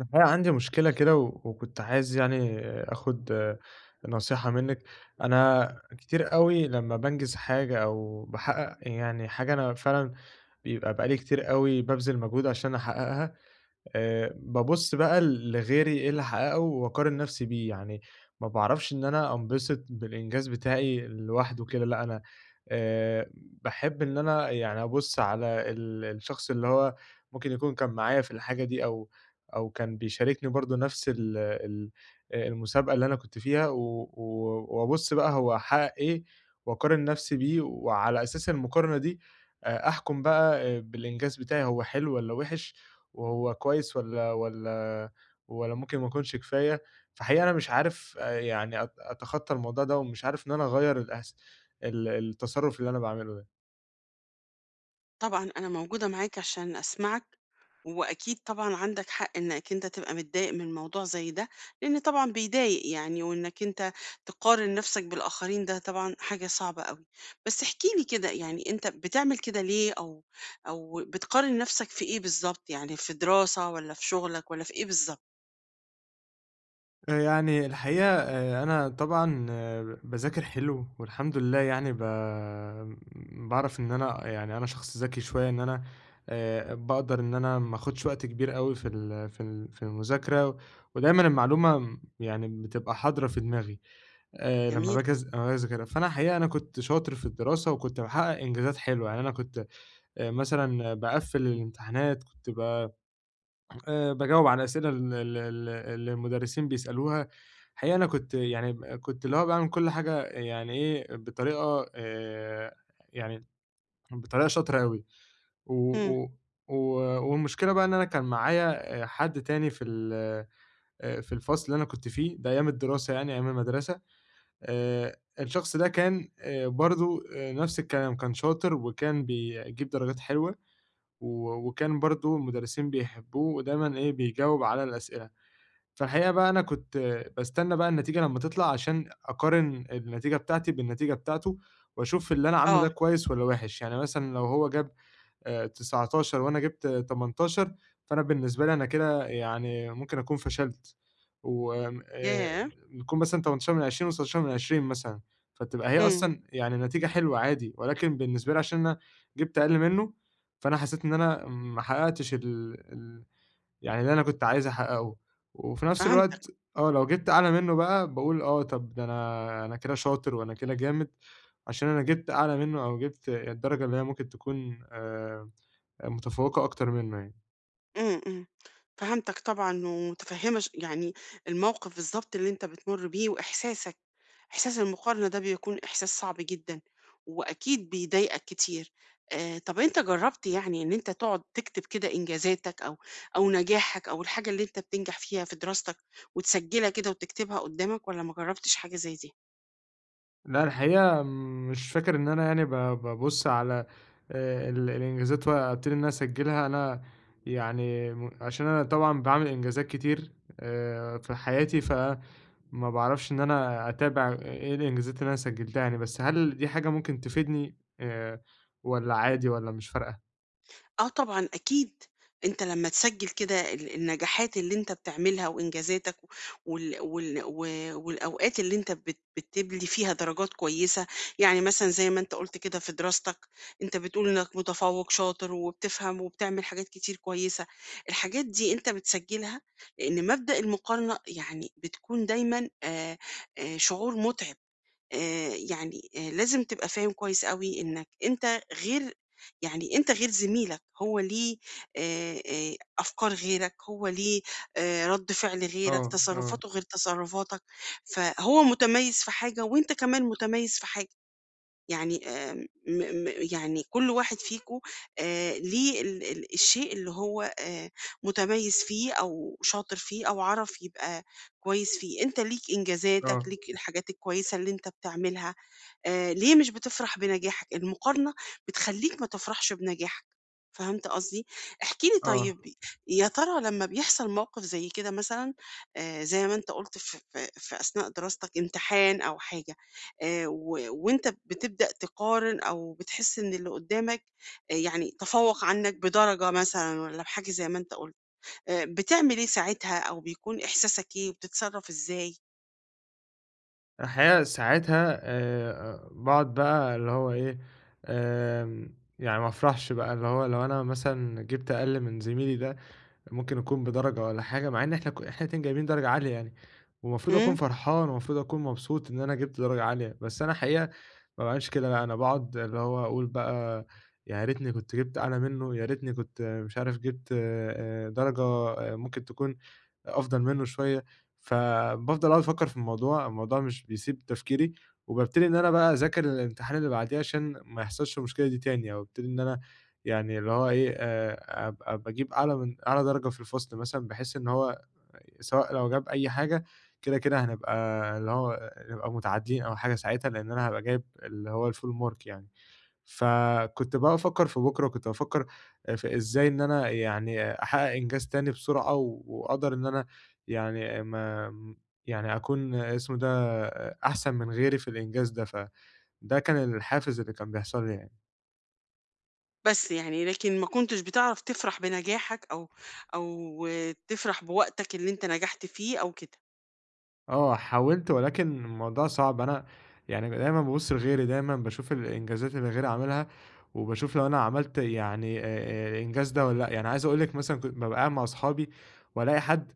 الحقيقة عندي مشكلة كده وكنت عايز يعني آخُد نصيحة منِّك. أنا كتير أوي لمّا بانجز حاجة أو باحقّق يعني حاجة، أنا فعلًا بيبقى بقى لي كتير أوي بابذل مجهود عشان أحقّقها. بابُص بقى لغيري إيه اللي حققه وأقارن نَفْسي بيه، يعني ما باعرفش إن أنا أنبسط بالإنجاز بتاعي لوحده كده لأ. أنا باحب إن أنا يعني أبُص على الشخص اللي هو ممكن يكون كان معايا في الحاجة دي، أو كان بيشاركني برضه نَفْس ال المسابقة اللي أنا كنت فيها، و و وأبُص بقى هو حقق إيه وأقارن نَفْسي بيه. وعلى أساس المقارنة دي أحكُم بقى بالإنجاز بتاعي، هو حلو والّا وِحِش، وهو كويس والّا ممكن ما يكونش كفاية. فحقيقة أنا مش عارف يعني أتخطّى الموضوع ده، ومش عارف إن أنا أغيّر الأس ال التصرُّف اللي أنا باعمله ده. طبعًا أنا موجودة معاك عشان أسمعك، وأكيد طبعًا عندك حق إنك أنت تبقى متضايق من موضوع زي ده، لإن طبعًا بيضايق يعني، وإنك أنت تقارن نفسك بالآخرين ده طبعًا حاجة صعبة أوي. بس احكِ لي كده يعني أنت بتعمل كده ليه أو أو بتقارن نفسك في إيه بالضبط؟ يعني في دراسة والّا في شغلك والّا في إيه بالضبط؟ يعني الحقيقة أنا طبعًا باذاكر حلو والحمد لله، يعني باعرف إن أنا، يعني أنا شخص ذكي شوية، إن أنا باقدر إن أنا ما آخُدش وقت كبير أوي في المذاكرة، ودايمًا المعلومة يعني بتبقى حاضرة في دماغي. لمّا جميل. باجي أذ لمّا باجي أذاكرها، فأنا الحقيقة أنا كنت شاطر في الدراسة وكنت باحقق إنجازات حلوة. يعني أنا كنت مثلًا باقفّل الامتحانات، كنت ب باجاوب على الأسئلة ال ال ال اللي المدرسين بيسألوها. الحقيقة أنا كنت يعني كنت اللي هو باعمل كل حاجة، يعني إيه، يعني بطريقة شاطرة أوي، و إمم. و و والمشكلة بقى إن أنا كان معايا حد تاني في الفصل اللي أنا كنت فيه، ده أيام الدراسة، يعني أيام المدرسة. آآ الشخص ده كان برضه نفس الكلام، كان شاطر وكان بيجيب درجات حلوة، وكان برضه المدرسين بيحبوه ودايمًا إيه، بيجاوب على الأسئلة. فالحقيقة بقى أنا كنت باستنى بقى النتيجة لمّا تطلع عشان أقارن النتيجة بتاعتي بالنتيجة بتاعته، وأشوف اللي أنا عامله ده آه. كويس والّا وِحِش. يعني مثلًا لو هو جاب 19 وأنا جِبت 18، فأنا بالنسبة لي أنا كده، يعني ممكن أكون فشلت، وآمم ياه! يكون مثلًا 18 من 20 و19 من 20 مثلًا، فتبقى هي إمم. أصلًا يعني نتيجة حلوة عادي، ولكن بالنسبة لي عشان أنا جِبت أقل منّه، فأنا حسيت إن أنا ما حققتش ال ال يعني اللي أنا كنت عايز أحققه. وفي نفس الوقت فهمتك. لو جِبت أعلى منّه بقى باقول آه طب ده أنا كده شاطر وأنا كده جامد، عشان أنا جِبت أعلى منّه، أو جِبت الدرجة اللي هي ممكن تكون متفوّقة أكتر منّه يعني. إمم، إمم، فهمتك طبعًا ومتفهمة يعني الموقف بالضبط اللي أنت بتمر بيه وإحساسك، إحساس المقارنة ده بيكون إحساس صعب جدًا، وأكيد بيضايقك كتير. طب أنت جربت يعني إن أنت تقعد تكتب كده إنجازاتك أو أو نجاحك أو الحاجة اللي أنت بتنجح فيها في دراستك وتسجلها كده وتكتبها قدامك والّا ما جربتش حاجة زي دي؟ لأ، الحقيقة مش فاكر إن أنا يعني بابُص على ال الإنجازات وأبتدي إن أنا أسجّلها. أنا يعني عشان أنا طبعًا باعمل إنجازات كتير في حياتي، فما باعرفش إن أنا أتابع إيه الإنجازات اللي أنا سجّلتها يعني، بس هل دي حاجة ممكن تفيدني والّا عادي والّا مش فارقة؟ آه طبعًا أكيد، أنت لمّا تسجّل كده النجاحات اللي أنت بتعملها وإنجازاتك وال وال و والأوقات اللي أنت بتبْلِي فيها درجات كويسة، يعني مثلًا زي ما أنت قُلت كده في دراستك، أنت بتقول إنك متفوّق شاطر وبتفهم وبتعمل حاجات كتير كويسة، الحاجات دي أنت بتسجّلها لإن مبدأ المقارنة يعني بتكون دايمًا شعور مُتعِب. يعني لازم تبقى فاهم كويس أوي إنك أنت غير يعني أنت غير زميلك، هو ليه أفكار غيرك، هو ليه رَد فعل غيرك، آه، آه، تصرُّفاته غير تصرُّفاتك، فهو متميّز في حاجة وأنت كمان متميّز في حاجة، يعني آمم م م يعني كل واحد فيكم ليه ال ال الشيء اللي هو متميّز فيه أو شاطر فيه أو عَرَف يبقى كويس فيه، أنت ليك إنجازاتك، آه، ليك الحاجات الكويسة اللي أنت بتعملها. ليه مش بتفرح بنجاحك؟ المقارنة بتخلّيك ما تفرحش بنجاحك، فهمت قصدي؟ احكِ لي آه. طيب يا ترى لمّا بيحصل موقف زي كده مثلًا زي ما أنت قُلت ف ف في أثناء دراستك امتحان أو حاجة و وأنت بتبدأ تقارن أو بتحس إن اللي قدّامك يعني تفوّق عنك بدرجة مثلًا والّا بحاجة زي ما أنت قُلت، بتعمل إيه ساعتها أو بيكون إحساسك إيه وبتتصرّف إزاي؟ الحقيقة ساعتها باقعد بقى اللي هو إيه، يعني ما أفرحش بقى، اللي هو لو أنا مثلًا جِبت أقل من زميلي ده، ممكن أكون بدرجة والّا حاجة، مع إن إحنا إحنا الاتنين جايبين درجة عالية يعني، والمفروض أكون إمم. فرحان والمفروض أكون مبسوط إن أنا جِبت درجة عالية، بس أنا الحقيقة ما باعملش كده لأ، أنا باقعد اللي هو أقول بقى يا ريتني كنت جِبت أعلى منه، يا ريتني كنت مش عارف جِبت درجة ممكن تكون أفضل منه شوية. فبافضل أقعد أفكّر في الموضوع، الموضوع مش بيسيب تفكيري، وبابتدي إن أنا بقى أذاكر الامتحان اللي بعديه عشان ما يحصلش المشكلة دي تاني، أو ابتدي إن أنا يعني اللي هو إيه، أبقى باجيب أعلى من أعلى درجة في الفصل مثلًا، بحيث إن هو سواء لو جاب أي حاجة كده، كده هنبقى اللي هو نبقى متعادلين أو حاجة ساعتها، لإن أنا هابقى جايب اللي هو الfull mark يعني. فكنت بقى بافكّر في بُكرة، وكنت بافكّر في إزاي إن أنا يعني أحقق إنجاز تاني بسرعة، وأقدر إن أنا يعني ما م يعني أكون اسمه ده أحسن من غيري في الإنجاز ده، فده كان الحافز اللي كان بيحصل لي يعني. بس يعني لكن ما كنتش بتعرف تفرح بنجاحك أو أو تفرح بوقتك اللي أنت نجحت فيه أو كده. آه، حاولت ولكن الموضوع صعب. أنا يعني دايمًا بابُص لغيري، دايمًا باشوف الإنجازات اللي غيري عاملها، وباشوف لو أنا عملت يعني الإنجاز ده والّا لأ. يعني عايز أقول لِك مثلًا كنت بابقى قاعد مع أصحابي، وألاقي حد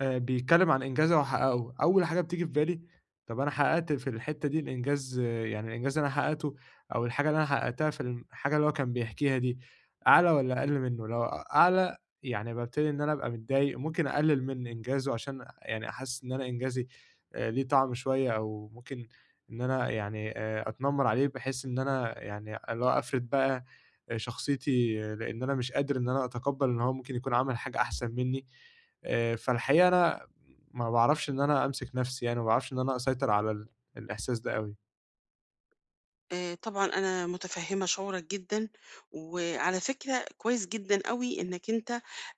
بيتكلّم عن إنجاز هو حقّقه، أول حاجة بتيجي في بالي طَب أنا حقّقت في الحتّة دي الإنجاز يعني الإنجاز اللي أنا حقّقته أو الحاجة اللي أنا حقّقتها في الحاجة اللي هو كان بيحكيها دي، أعلى والّا أقل منّه؟ لو أعلى يعني بابتدي إن أنا أبقى متضايق. ممكن أقلِّل من إنجازه عشان يعني أحسّس إن أنا إنجازي ليه طعم شوية، أو ممكن إن أنا يعني أتنمّر عليه، بحيث إن أنا يعني اللي هو أفرض بقى شخصيتي لإن أنا مش قادر إن أنا أتقبّل إن هو ممكن يكون عمل حاجة أحسن منّي. فالحقيقة أنا ما باعرفش إن أنا أمسك نَفْسي يعني، ما باعرفش إن أنا أسيطر على الإحساس ده أوي. طبعًا أنا مُتفهِّمة شعورك جدًا، وعلى فكرة كويس جدًا أوي إنّك أنت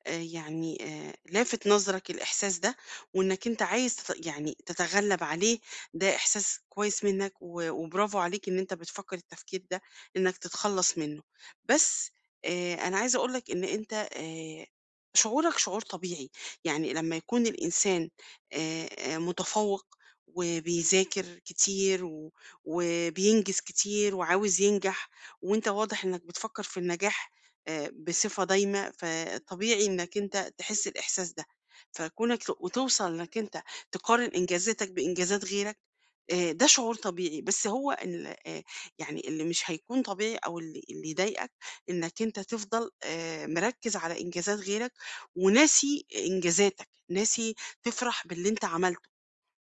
يعني لافت نظرك الإحساس ده، وإنّك أنت عايز يعني تتغلّب عليه، ده إحساس كويس منّك وبرافو عليك إن أنت بتفكّر التفكير ده إنّك تتخلّص منّه. بس أنا عايزة أقول لك إن أنت شعورك شعور طبيعي، يعني لمّا يكون الإنسان متفوّق وبيذاكر كتير وبينجز كتير وعاوز ينجح، وأنت واضح إنك بتفكر في النجاح بصفة دايمة، فطبيعي إنك أنت تحس الإحساس ده. فكونك وتوصل إنك أنت تقارن إنجازاتك بإنجازات غيرك، ده شعور طبيعي، بس هو ال يعني اللي مش هيكون طبيعي أو اللي يضايقك إنك أنت تفضل مركّز على إنجازات غيرك وناسي إنجازاتك، ناسي تفرح باللي أنت عملته.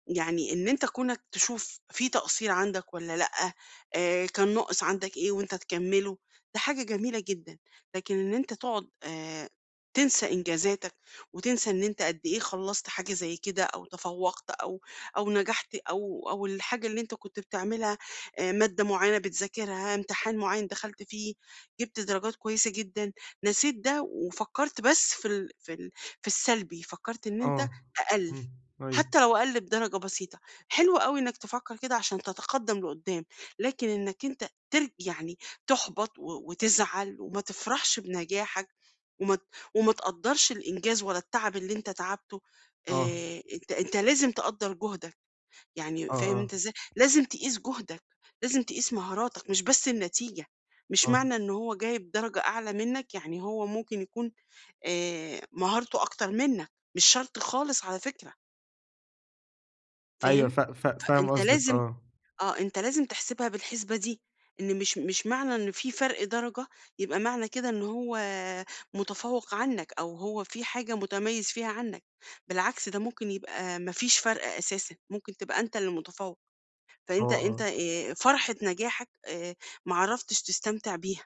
يعني إن أنت كونك تشوف في تقصير عندك والّا لأ، كان ناقص عندك إيه وأنت تكمّله، ده حاجة جميلة جدًا، لكن إن أنت تقعد تنسى إنجازاتك وتنسى إن أنت قد إيه خلّصت حاجة زي كده أو تفوّقت أو أو نجحت أو أو الحاجة اللي أنت كنت بتعملها مادة معيّنة بتذاكرها، امتحان معيّن دخلت فيه، جِبت درجات كويسة جدًا، نسيت ده وفكّرت بس في ال في ال في السلبي، فكّرت إن أنت آه، أقل. إمم، أيوه، حتى لو أقل بدرجة بسيطة، حلو أوي إنك تفكر كده عشان تتقدم لقدّام، لكن إنك أنت يعني تُحبط وتزعل وما تفرحش بنجاحك وما ت وما تقدّرش الإنجاز ولا التعب اللي أنت تعبته، آه، أنت لازم تقدّر جهدك، يعني آه، فاهم أنت آه، إزاي؟ لازم تقيس جهدك، لازم تقيس مهاراتك مش بس النتيجة، مش آه، معنى إن هو جايب درجة أعلى منك يعني هو ممكن يكون مهارته أكتر منك، مش شرط خالص على فكرة، أيوه، فاهم؟ ف ف فاهم أنت قصدك، لازم آه، آه، أنت لازم تحسبها بالحسبة دي، إن مش معنى إن في فرق درجة يبقى معنى كده إن هو متفوق عنك أو هو في حاجة متميز فيها عنك، بالعكس ده ممكن يبقى ما فيش فرق أساسًا، ممكن تبقى أنت اللي متفوق، آه، فأنت أنت آه، فرحة نجاحك ما عرفتش تستمتع بيها،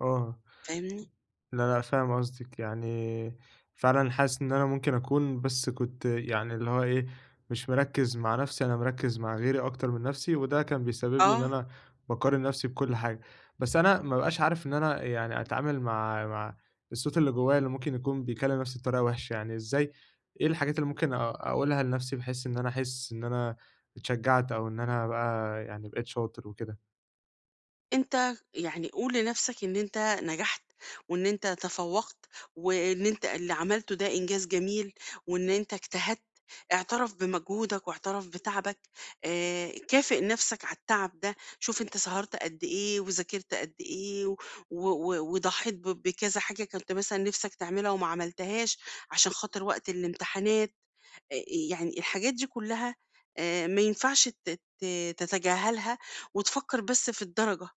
آه. فاهمني؟ لا، لأ، فاهم قصدِك. يعني فعلًا حاسس إن أنا ممكن أكون بس كنت يعني اللي هو إيه، مش مركّز مع نَفْسي، أنا مركّز مع غيري أكتر من نَفْسي، وده كان بيسبب لي إن آه. أنا باقارن نَفْسي بكل حاجة. بس أنا ما بابقاش عارف إن أنا يعني أتعامل مع الصوت اللي جوّايا، اللي ممكن يكون بيكلّم نَفْسي بطريقة وِحشة. يعني إزاي، إيه الحاجات اللي ممكن أقولها لنَفْسي بحيث إن أنا أحس إن أنا اتشجّعت، أو إن أنا بقى يعني بقيت شاطر وكده؟ أنت يعني قُل لنَفْسك إن أنت نجحت، وإن أنت تفوّقت، وإن أنت اللي عملته ده إنجاز جميل، وإن أنت اجتهدت، اعترف بمجهودك واعترف بتعبك، كافئ نَفْسك على التعب ده، شوف أنت سهرت قد إيه وذاكرت قد إيه وضحيت بكذا حاجة كنت مثلًا نِفْسك تعملها وما عملتهاش عشان خاطر وقت الامتحانات، آآ يعني الحاجات دي كلّها ما ينفعش ت ت تتجاهلها وتفكّر بس في الدرجة.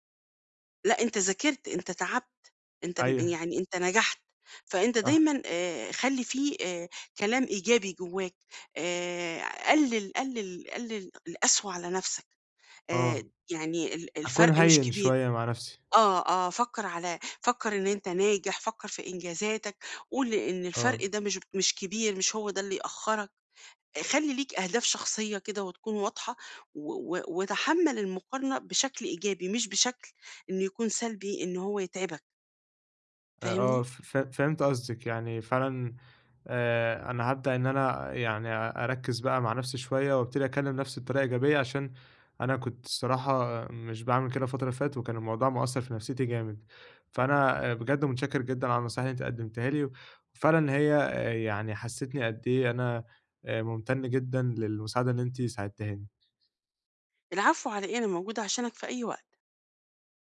لأ، أنت ذاكرت، أنت تعبت، أنت م أيوه، يعني أنت نجحت، فأنت صح، دايمًا خلّي في كلام إيجابي جواك، قلِّل القسوة على نَفْسك، آه، يعني أكون الفرق مش هيّن كبير شوية مع نَفْسي، آه، آه، فكّر إن أنت ناجح، فكّر في إنجازاتك، قُل إن الفرق آه. ده مش كبير، مش هو ده اللي يأخّرك. خلّي ليك أهداف شخصية كده وتكون واضحة و و وتحمّل المقارنة بشكل إيجابي، مش بشكل إنه يكون سلبي إن هو يتعبك، آه، فاهمني؟ ف ف فهمت قصدِك. يعني فعلًا أنا هابدأ إن أنا يعني أركّز بقى مع نفسي شوية، وابتدي أكلّم نفسي بطريقة إيجابية، عشان أنا كنت الصراحة مش باعمل كده الفترة اللي فاتت، وكان الموضوع مأثّر في نفسيتي جامد. فأنا بجد متشكر جدًا على النصايح اللي أنتِ قدّمتيها لي، وفعلًا هي يعني حسّستني قد إيه أنا ممتن جدًا للمساعدة اللي أنتِ ساعدتيهاني. العفو على إيه، أنا موجودة عشانك في أي وقت.